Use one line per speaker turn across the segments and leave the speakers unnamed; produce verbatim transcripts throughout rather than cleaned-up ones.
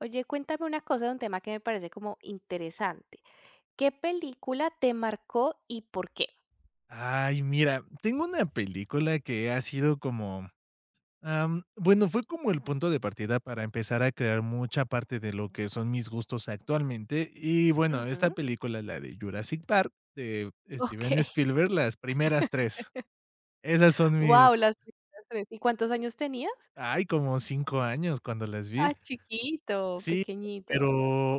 Oye, cuéntame una cosa de un tema que me parece como interesante. ¿Qué película te marcó y por qué?
Ay, mira, tengo una película que ha sido como, am, bueno, fue como el punto de partida para empezar a crear mucha parte de lo que son mis gustos actualmente. Y bueno, esta
Ujú.
película, la de Jurassic Park, de Steven
Okey.
Spielberg, las primeras tres. Esas son mis,
Guau, las primeras tres. ¿Y cuántos años tenías?
ay, como cinco años cuando las vi.
Ah, chiquito,
Sí,
pequeñito.
pero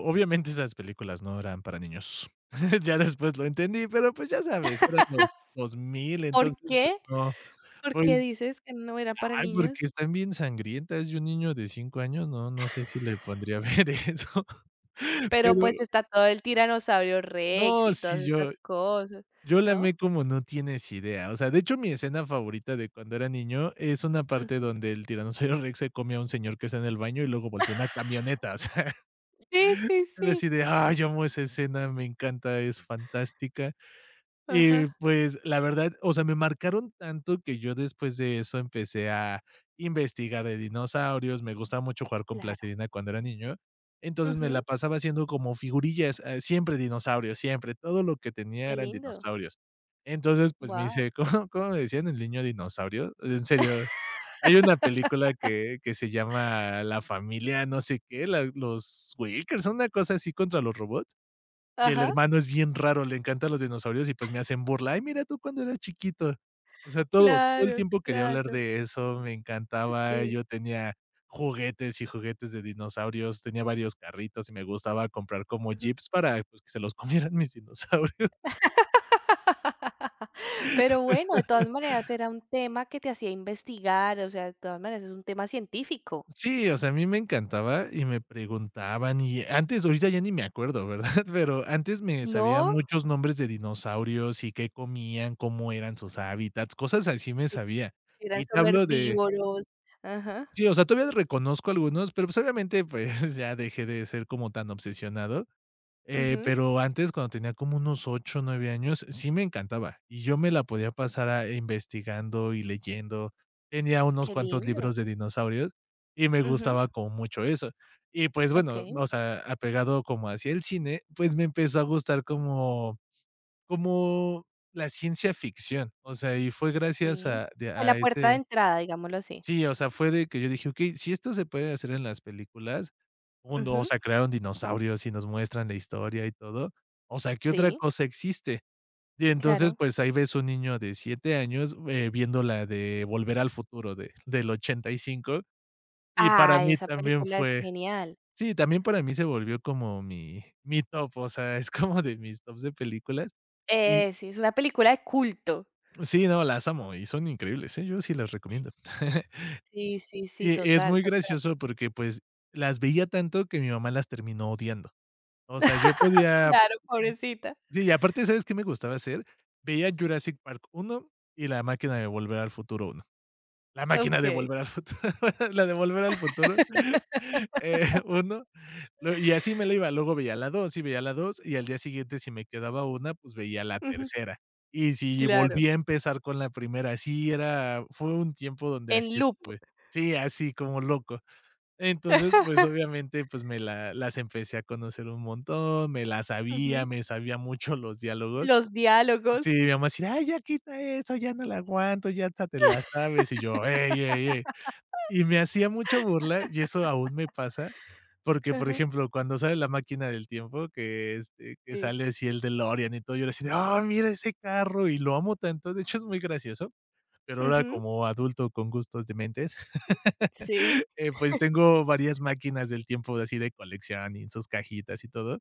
obviamente esas películas no eran para niños. Ya después lo entendí, pero pues ya sabes, eran los dos mil,
¿Por
entonces, pues
qué?
no,
¿Por qué
pues
dices que no era para
ay, porque
niños?
están bien sangrientas, y un niño de cinco años, no, no sé si le pondría a ver eso,
Pero,
pero
pues, está todo el tiranosaurio Rex
no,
y todas
si
estas
yo
cosas,
yo la
¿no?
amé como no tienes idea, o sea, de hecho, mi escena favorita de cuando era niño es una parte
Ujú.
donde el tiranosaurio rex se come a un señor que está en el baño y luego voltea una camioneta, o sea,
Sí, sí,
era
sí.
así de: "Ay, amo esa escena, me encanta, es fantástica". Y
Ajá.
pues, la verdad, o sea, me marcaron tanto que yo después de eso empecé a investigar de dinosaurios, me gustaba mucho jugar con
Claro.
plastilina cuando era niño, entonces me la
Ujú.
pasaba haciendo como figurillas, eh, siempre dinosaurios, siempre, todo lo que tenía
Qué
eran
lindo.
dinosaurios. Entonces, pues, me
Wow.
hice, ¿cómo cómo me decían? El niño dinosaurio, en serio, hay una película que que se llama La familia no sé qué, la los Wilkers, una cosa así contra los robots. Y el
Ajá.
hermano es bien raro, le encantan los dinosaurios y, pues, me hacen burla: "Ay, mira tú cuando eras chiquito". O sea, todo, todo el
Claro,
tiempo quería hablar
claro.
de eso, me encantaba,
Sí.
yo tenía juguetes y juguetes de dinosaurios, tenía varios carritos y me gustaba comprar como
Ujú.
jeeps para, pues, que se los comieran mis dinosaurios.
Pero bueno, de todas maneras era un tema que te hacía investigar, o sea, de todas maneras es un tema científico.
Sí, o sea, a mí me encantaba y me preguntaban y antes, ahorita ya ni me acuerdo, ¿verdad? Pero antes me sabía
¿No?
muchos nombres de dinosaurios y qué comían, cómo eran sus hábitats, cosas así me
Sí,
sabía.
eran
Y te
solo
hablo de
herbívoros. Ajá.
sí, o sea, todavía reconozco algunos, pero, pues, obviamente, pues, ya dejé de ser como tan obsesionado, eh,
Ujú.
pero antes, cuando tenía como unos ocho, nueve años, sí me encantaba, y yo me la podía pasar a investigando y leyendo. Tenía unos
Qué
cuantos
lindo.
libros de dinosaurios y me
Ujú.
gustaba como mucho eso. Y, pues, bueno,
Okey.
o sea, apegado como hacia el cine, pues, me empezó a gustar como como la ciencia ficción, o sea, y fue gracias
Sí.
a de
Fue la
a
puerta de
ese
entrada, digámoslo así.
sí, o sea, fue de que yo dije: "Okey, si esto se puede hacer en las películas, uno, o
Ujú.
sea, crearon dinosaurios y nos muestran la historia y todo, o sea, ¿qué otra
Sí,
cosa existe?". Y entonces,
claro.
pues, ahí ves un niño de siete años, eh, viendo la de Volver al Futuro de del ochenta y cinco, y cinco, y para
Ah,
mí
esa
también
película es
fue
genial.
sí, también para mí se volvió como mi mi top, o sea, es como de mis tops de películas. Y
Eh, sí, es una película de culto.
sí, no, las amo y son increíbles, ¿eh? Yo sí las
Sí,
recomiendo.
sí, sí, sí,
Y es
total,
muy
total.
gracioso porque, pues, las veía tanto que mi mamá las terminó odiando. O sea, yo podía
Claro,
mm,
pobrecita.
sí, y aparte, ¿sabes qué me gustaba hacer? Veía Jurassic Park uno y La máquina de volver al futuro uno La máquina de
Okey.
volver al futuro, la de volver al futuro, eh, uno, lo y así me la iba. Luego veía la dos y veía la dos y al día siguiente, si me quedaba una, pues, veía la
Ujú.
tercera. Y si
Claro.
volvía a empezar con la primera, así era fue un tiempo donde
En
así
loop.
estuve. Sí, así como loco. Entonces, pues, obviamente, pues, me la las empecé a conocer un montón, me las sabía,
Ujú.
me sabía mucho los diálogos.
Los
Sí,
diálogos.
mi mamá decía, "Ay, ya quita eso, ya no la aguanto, ya hasta te la sabes", y yo: "Ey, ey, ey". Y me hacía mucha burla, y eso aún me pasa, porque, por
Ajá.
ejemplo, cuando sale la máquina del tiempo, que, este, que
Sí.
sale así el DeLorean y todo, yo le decía, "Ah, mira ese carro", y lo amo tanto, de hecho, es muy gracioso. Pero ahora
Ujú.
como adulto con gustos dementes,
Sí,
eh, pues tengo varias máquinas del tiempo así de colección y en sus cajitas y todo.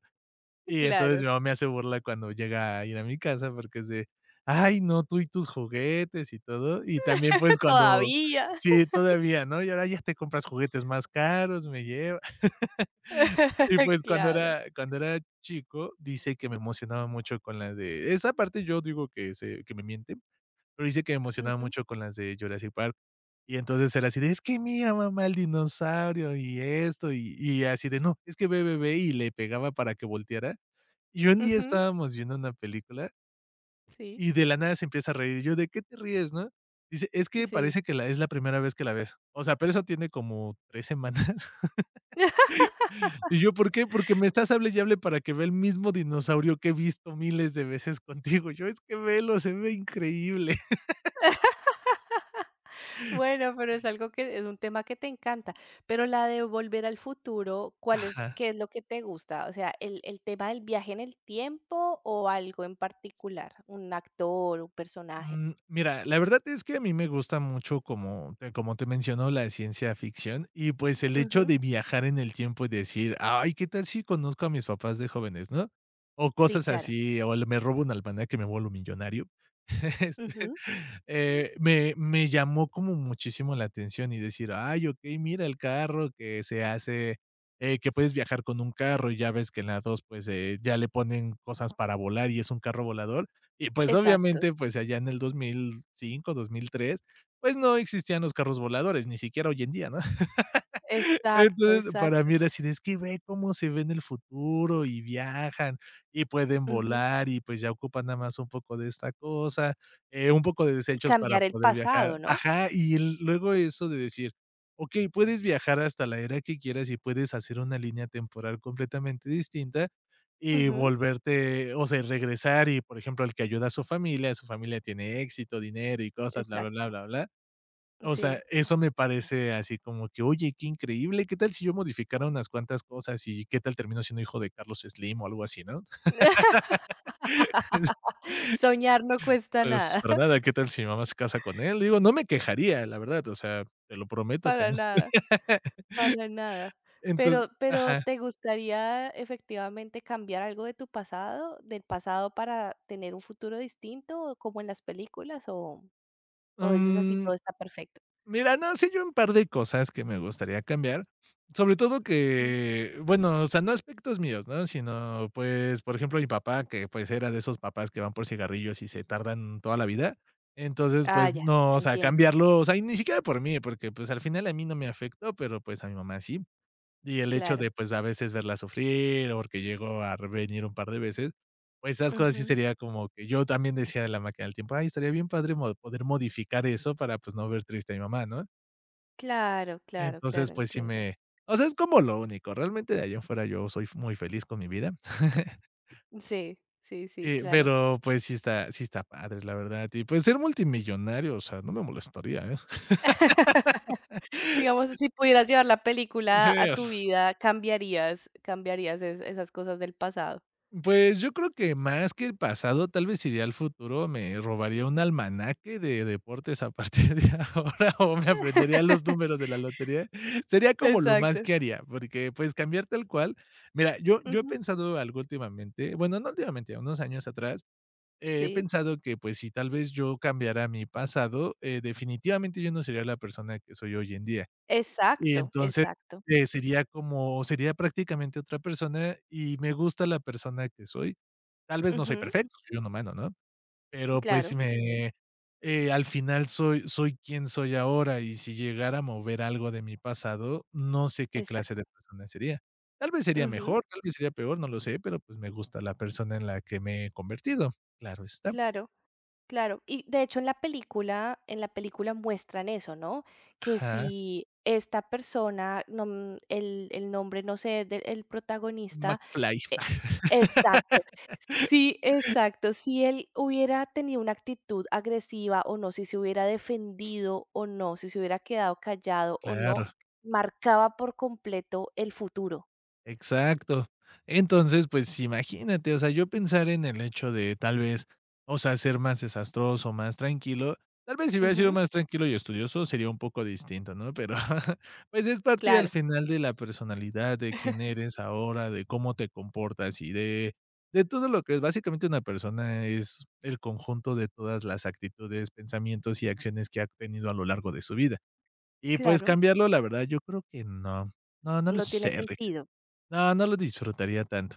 Y entonces
claro.
mi mamá me hace burla cuando llega a ir a mi casa porque es de: "Ay, no, tú y tus juguetes y todo". Y también, pues, cuando
Todavía.
sí, todavía, ¿no? Y ahora ya te compras juguetes más caros, me lleva. Y, pues, cuando
Claro.
era cuando era chico, dice que me emocionaba mucho con las de esa parte yo digo que se que me miente, pero dice que me emocionaba
Ujú,
mucho con las de Jurassic Park. Y entonces era así de: "Es que mira, mamá, el dinosaurio y esto", y y así de: "No, es que ve, ve, ve", y le pegaba para que volteara. Y un día
ujú.
estábamos viendo una película
Sí,
y de la nada se empieza a reír, yo: "¿De qué te ríes?", ¿no? Dice: "Es que
sí.
parece que la es la primera vez que la ves". O sea, pero eso tiene como tres semanas. Y yo: "¿Por qué?". "Porque me estás hable y hable para que vea el mismo dinosaurio que he visto miles de veces contigo". Yo: "Es que velo, se ve increíble".
Bueno, pero es algo que es un tema que te encanta. Pero la de Volver al Futuro, ¿cuál es
Ajá.
qué es lo que te gusta? O sea, ¿el el tema del viaje en el tiempo o algo en particular? ¿Un actor, un personaje?
Mm, mira, la verdad es que a mí me gusta mucho, como te como te menciono, la ciencia ficción y, pues, el hecho
Ujú.
de viajar en el tiempo y decir: "Ay, ¿qué tal si conozco a mis papás de jóvenes?", ¿no? O
Sí,
cosas
claro.
así, o el me robo un almanaque que me vuelvo millonario. Este,
Ujú.
eh, me me llamó como muchísimo la atención y decir: "Ay, okey, mira el carro que se hace, eh, que puedes viajar con un carro", y ya ves que en la dos pues, eh, ya le ponen cosas para volar y es un carro volador. Y, pues,
Exacto,
obviamente, pues, allá en el dos mil cinco, dos mil tres, pues, no existían los carros voladores, ni siquiera hoy en día, ¿no?
exacto,
Entonces, para
exacto.
mí era así de: "Es que ve cómo se ve en el futuro, y viajan, y pueden
Ujú.
volar, y pues ya ocupan nada más un poco de esta cosa, eh, un poco de
Y
desechos para
cambiar el
poder viajar".
pasado, ¿no?
Ajá, y el luego eso de decir: "Okey, puedes viajar hasta la era que quieras, y puedes hacer una línea temporal completamente distinta, y
Ujú,
volverte o sea, regresar", y por ejemplo, el que ayuda a su familia, su familia tiene éxito, dinero y cosas, bla, bla, bla,
exacto,
bla, bla. O sea,
sí.
eso me parece así como que, oye, qué increíble, ¿qué tal si yo modificara unas cuantas cosas y qué tal termino siendo hijo de Carlos Slim o algo así, no?
Soñar no cuesta
Pues,
nada,
para nada, ¿qué tal si mi mamá se casa con él? Digo, no me quejaría, la verdad, o sea, te lo prometo que
para
no.
nada, para nada.
Entonces,
Pero pero,
ajá.
¿te gustaría efectivamente cambiar algo de tu pasado, del pasado para tener un futuro distinto, o como en las películas, o o dices así
Mm.
todo está perfecto?
Mira, no, sí hay un par de cosas que me gustaría cambiar, sobre todo
Ujú.
que, bueno, o sea, no aspectos míos, ¿no? Sino, pues, por ejemplo, mi papá, que, pues, era de esos papás que van por cigarrillos y se tardan toda la vida. Entonces,
Ah,
pues,
ya,
no, o sea,
entiendo,
cambiarlo, o sea, y ni siquiera por mí, porque, pues, al final a mí no me afectó, pero, pues, a mi mamá sí. Y el hecho de,
claro.
pues, a veces verla sufrir, o porque llegó a revenir un par de veces, pues, esas cosas sí
Ujú.
sería como que yo también decía de la máquina del tiempo: "Ay, estaría bien padre mo poder modificar eso para, pues, no ver triste a mi mamá", ¿no?
Claro, claro,
Entonces,
claro,
pues sí
entiendo.
me o sea, es como lo único. Realmente de allá en fuera yo soy muy feliz con mi vida.
Sí, sí, sí,
Eh,
claro.
pero, pues sí está sí está padre, la verdad. Y, pues, ser multimillonario, o sea, no me molestaría, ¿eh?
Digamos, si pudieras llevar la
Sí,
película a
s
tu vida, ¿cambiarías cambiarías es esas cosas del pasado?
pues, yo creo que más que el pasado, tal vez iría al futuro, me robaría un almanaque de deportes a partir de ahora, o me aprendería los números de la lotería. Sería como lo más
Exacto.
que haría, porque, pues, cambiar tal cual mira, yo yo he
Ujú,
pensado algo últimamente, bueno, no últimamente, unos años atrás eh, he
sí.
pensado que, pues, si tal vez yo cambiara mi pasado, eh, definitivamente yo no sería la persona que soy hoy en día. Y
Exacto,
entonces,
exacto.
eh, sería como sería prácticamente otra persona y me gusta la persona que soy. Tal vez no soy
Ujú,
perfecto, soy un humano, ¿no? Pero, pues, si
claro,
me eh, al final soy soy quien soy ahora, y si llegara a mover algo de mi pasado, no sé qué clase
exacto.
de persona sería. Tal vez sería
Ujú,
mejor, tal vez sería peor, no lo sé, pero, pues, me gusta la persona en la que me he convertido, claro está.
claro, claro. Y de hecho en la película en la película muestran eso, ¿no? Que
Ajá,
si esta persona, no, mm, el el nombre, no sé, del el protagonista,
McFly.
e exacto. Sí, exacto. Si él hubiera tenido una actitud agresiva o no, si se hubiera defendido o no, si se hubiera quedado callado o
Claro,
no, marcaba por completo el futuro.
exacto. Entonces, pues imagínate, o sea, yo pensar en el hecho de tal vez, o sea, ser más desastroso, más tranquilo. Tal vez si hubiera sido
Ujú.
más tranquilo y estudioso sería un poco distinto, ¿no? Pero, pues es parte al
Claro.
final de la personalidad, de quién eres ahora, de cómo te comportas y de de todo lo que es. Básicamente una persona es el conjunto de todas las actitudes, pensamientos y acciones que ha tenido a lo largo de su vida. Y, pues,
Claro,
cambiarlo, la verdad, yo creo que no. No, no lo
no tiene
sé, Rick.
sentido.
No, no lo disfrutaría tanto.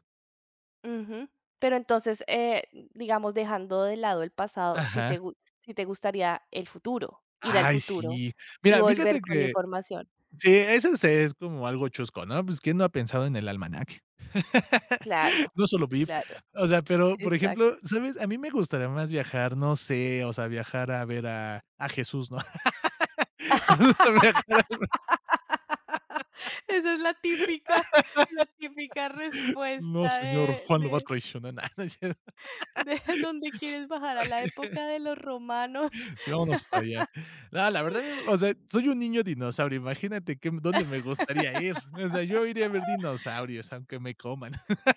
Ujú. Pero entonces, eh, digamos, dejando de lado el pasado, si
Ajá.
te gu- si te gustaría el futuro, ir al
Ay,
futuro
sí.
y
Mira, fíjate
volver con
que
información.
sí, eso sí es como algo chusco, ¿no? Pues, ¿quién no ha pensado en el almanaque?
Claro,
No solo V I P.
claro,
O sea, pero, por
exacto.
ejemplo, ¿sabes? A mí me gustaría más viajar, no sé, o sea, viajar a ver a a Jesús, ¿no? O sea, viajar al
Esa es la típica la típica
No,
respuesta
señor,
de
Juan lo va a
de
traicionar. No, no.
de donde quieres bajar a la época de los romanos.
Sí, vámonos para allá. No, la verdad, o sea, soy un niño dinosaurio, imagínate que dónde me gustaría ir. O sea, yo iría a ver dinosaurios, aunque me coman.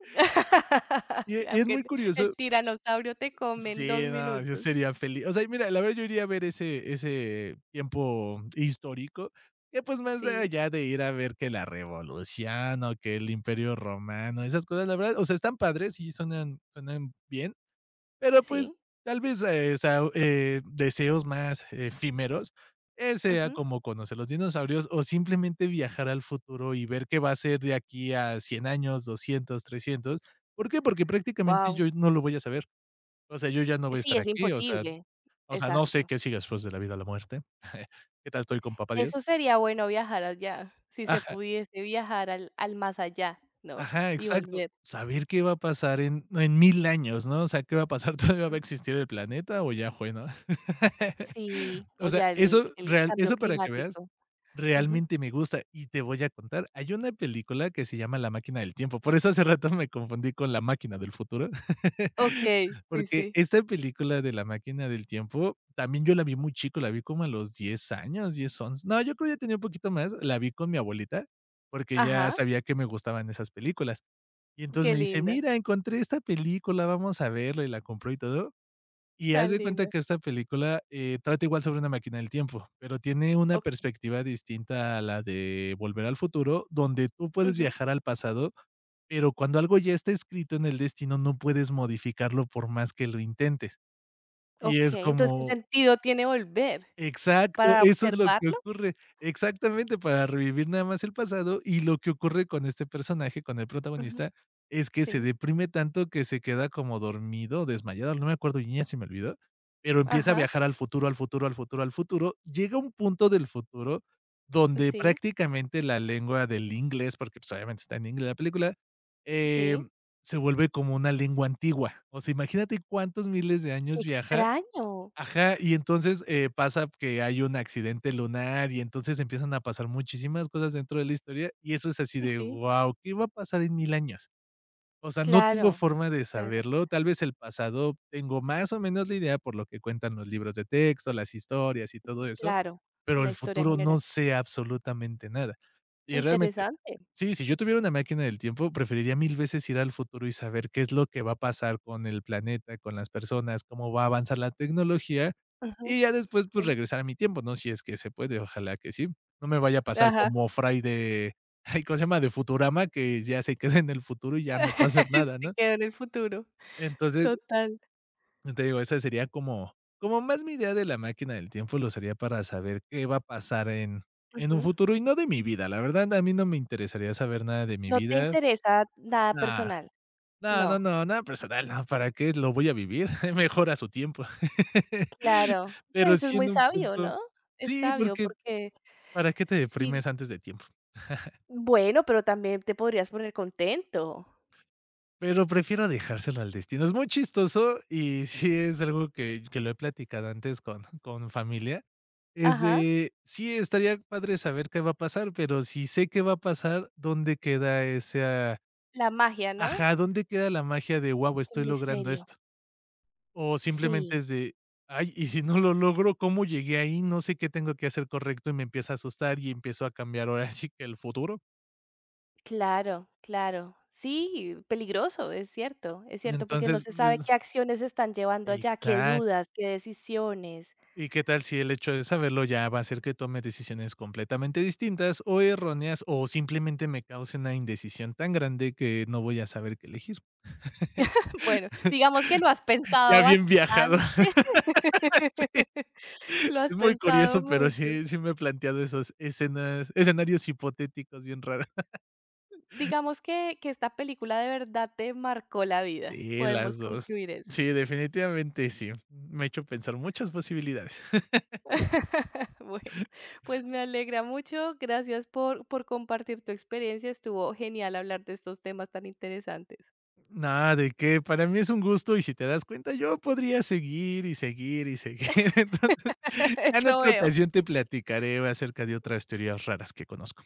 Y y
Sí,
es muy
aunque el
curioso
tiranosaurio te come en dos
sí, no, yo
minutos.
sería feliz. O sea, y mira, la verdad yo iría a ver ese ese tiempo histórico, que, pues, más
Sí,
allá de ir a ver que la revolución, o que el Imperio Romano, esas cosas, la verdad, o sea, están padres, y suenan suenan bien. Pero pues
sí,
tal vez, eh, o sea, eh, deseos más efímeros, eh, sea
wow.
como conocer los dinosaurios o simplemente viajar al futuro y ver qué va a ser de aquí a cien años, doscientos trescientos. ¿Por qué? Porque prácticamente yo no lo voy a saber. O sea, yo ya no voy a
Sí,
estar
es
aquí, o sea,
imposible.
o sea, no sé
Exacto.
qué sigue después de la vida a la muerte. ¿Qué tal estoy con papá Dios?
Eso sería bueno viajar allá, si se pudiese viajar al al más allá, ¿no?
Ajá,
Y
exacto.
volver.
Saber qué va a pasar en no, en mil años, ¿no? O sea, ¿qué va a pasar? ¿Todavía va a
Ujú.
existir el planeta o ya fue, no?
Sí,
O
o
sea,
ya el
eso
el
real
cambio
eso para que veas.
climático. Ujú.
Realmente me gusta y te voy a contar, hay una película que se llama La máquina del tiempo, por eso hace rato me confundí con La máquina del futuro.
Okey, sí,
Porque
sí.
esta película de La máquina del tiempo también yo la vi muy chico, la vi como a los diez años, diez once no, yo creo que ya tenía un poquito más, la vi con mi abuelita, porque ya
Ajá,
sabía que me gustaban esas películas. Y entonces
qué
me dice:
linda,
"Mira, encontré esta película, vamos a verla", y la compró y todo. Y haz
tan
de cuenta
linda.
que esta película, eh, trata igual sobre una máquina del tiempo, pero tiene una
Okey,
perspectiva distinta a la de Volver al Futuro, donde tú puedes
ujú,
viajar al pasado, pero cuando algo ya está escrito en el destino, no puedes modificarlo por más que lo intentes. Y es
okey, entonces, ¿qué
como
sentido tiene volver?
Exacto,
¿Para
eso es lo que
observarlo?
ocurre. Exactamente, para revivir nada más el pasado, y lo que ocurre con este personaje, con el
Ujú,
protagonista, es que se
sí,
deprime tanto que se queda como dormido desmayado, no me acuerdo bien, ya se me olvidó, pero empieza a
ajá,
viajar al futuro, al futuro, al futuro, al futuro. Llega un punto del futuro donde
sí,
prácticamente la lengua del inglés, porque, pues, obviamente está en inglés la película,
sí.
em, se vuelve como una lengua antigua. O sea, imagínate cuántos miles de años
Qué
viaja.
extraño.
Ajá, y entonces, eh, pasa que hay un accidente lunar, y entonces empiezan a pasar muchísimas cosas dentro de la historia, y eso es así de,
Sí,
wow, ¿qué va a pasar en mil años? O sea, no tengo
claro,
forma de
claro,
saberlo, tal vez el pasado tengo más o menos la idea por lo que cuentan los libros de texto, las historias y todo eso,
claro,
pero
la
el
historia
futuro no
general.
sé absolutamente nada. Y realmente
Interesante.
sí, si yo tuviera una máquina del tiempo, preferiría mil veces ir al futuro y saber qué es lo que va a pasar con el planeta, con las personas, cómo va a avanzar la tecnología,
Ujú,
y ya después, pues,
sí,
regresar a mi tiempo, ¿no? Si es que se puede, ojalá que sí. No me vaya a pasar
ajá.
como Fry de. Ay, ¿cómo se llama? De Futurama, que ya se queda en el futuro y ya no puede hacer nada,
Se
¿no?
quedó en el futuro.
Entonces,
Total.
te digo, esa sería como como más mi idea de la máquina del tiempo, lo sería para saber qué va a pasar en en un
Ujú.
futuro y no de mi vida. La verdad, a mí no me interesaría saber nada de mi
¿No te
vida.
interesa nada
No,
personal?
no,
No.
no, no, nada personal, no, ¿para qué lo voy a vivir? Mejor a su tiempo.
Claro, pues,
Pero
eso es
sí
muy
en un
sabio,
punto
¿no? Es
sí,
sabio
porque,
porque
¿para qué te deprimes
sí,
antes de tiempo?
bueno, pero también te podrías poner contento.
Pero prefiero dejárselo al destino. Es muy chistoso y sí es algo que que lo he platicado antes con con familia. Es
Ajá,
de, sí, estaría padre saber qué va a pasar, pero si sé qué va a pasar, ¿dónde queda esa,
la magia, ¿no?
ajá, dónde queda la magia de, wow,
El
estoy logrando
misterio.
esto? O simplemente
Sí,
es de, ay, y si no lo logro, ¿cómo llegué ahí? No sé qué tengo que hacer correcto y me empieza a asustar y empiezo a cambiar ahora sí que el futuro.
claro, claro. Sí, peligroso, es cierto, es cierto, porque no
Entonces,
se
pues
sabe qué acciones se están llevando allá, qué
exacto.
dudas, qué decisiones.
¿Y qué tal si el hecho de saberlo ya va a hacer que tome decisiones completamente distintas o erróneas o simplemente me cause una indecisión tan grande que no voy a saber qué elegir?
Bueno, digamos que lo has
Ya
pensado
bien viajado.
bastante,
Sí,
lo
es
has
muy
pensado
curioso, pero
mucho.
sí, sí me he planteado esos escenas escenarios hipotéticos bien raros.
Digamos que, que esta película de verdad te marcó la vida.
Sí, las
Podemos
dos.
concluir eso.
Sí, definitivamente sí. Me ha hecho pensar muchas posibilidades.
Bueno, pues me alegra mucho. Gracias por, por compartir tu experiencia. Estuvo genial hablar de estos temas tan interesantes.
Nada, de qué, para mí es un gusto y si te das cuenta, yo podría seguir y seguir y seguir. Entonces, en
Eso
otra
veo.
ocasión te platicaré acerca de otras teorías raras que conozco.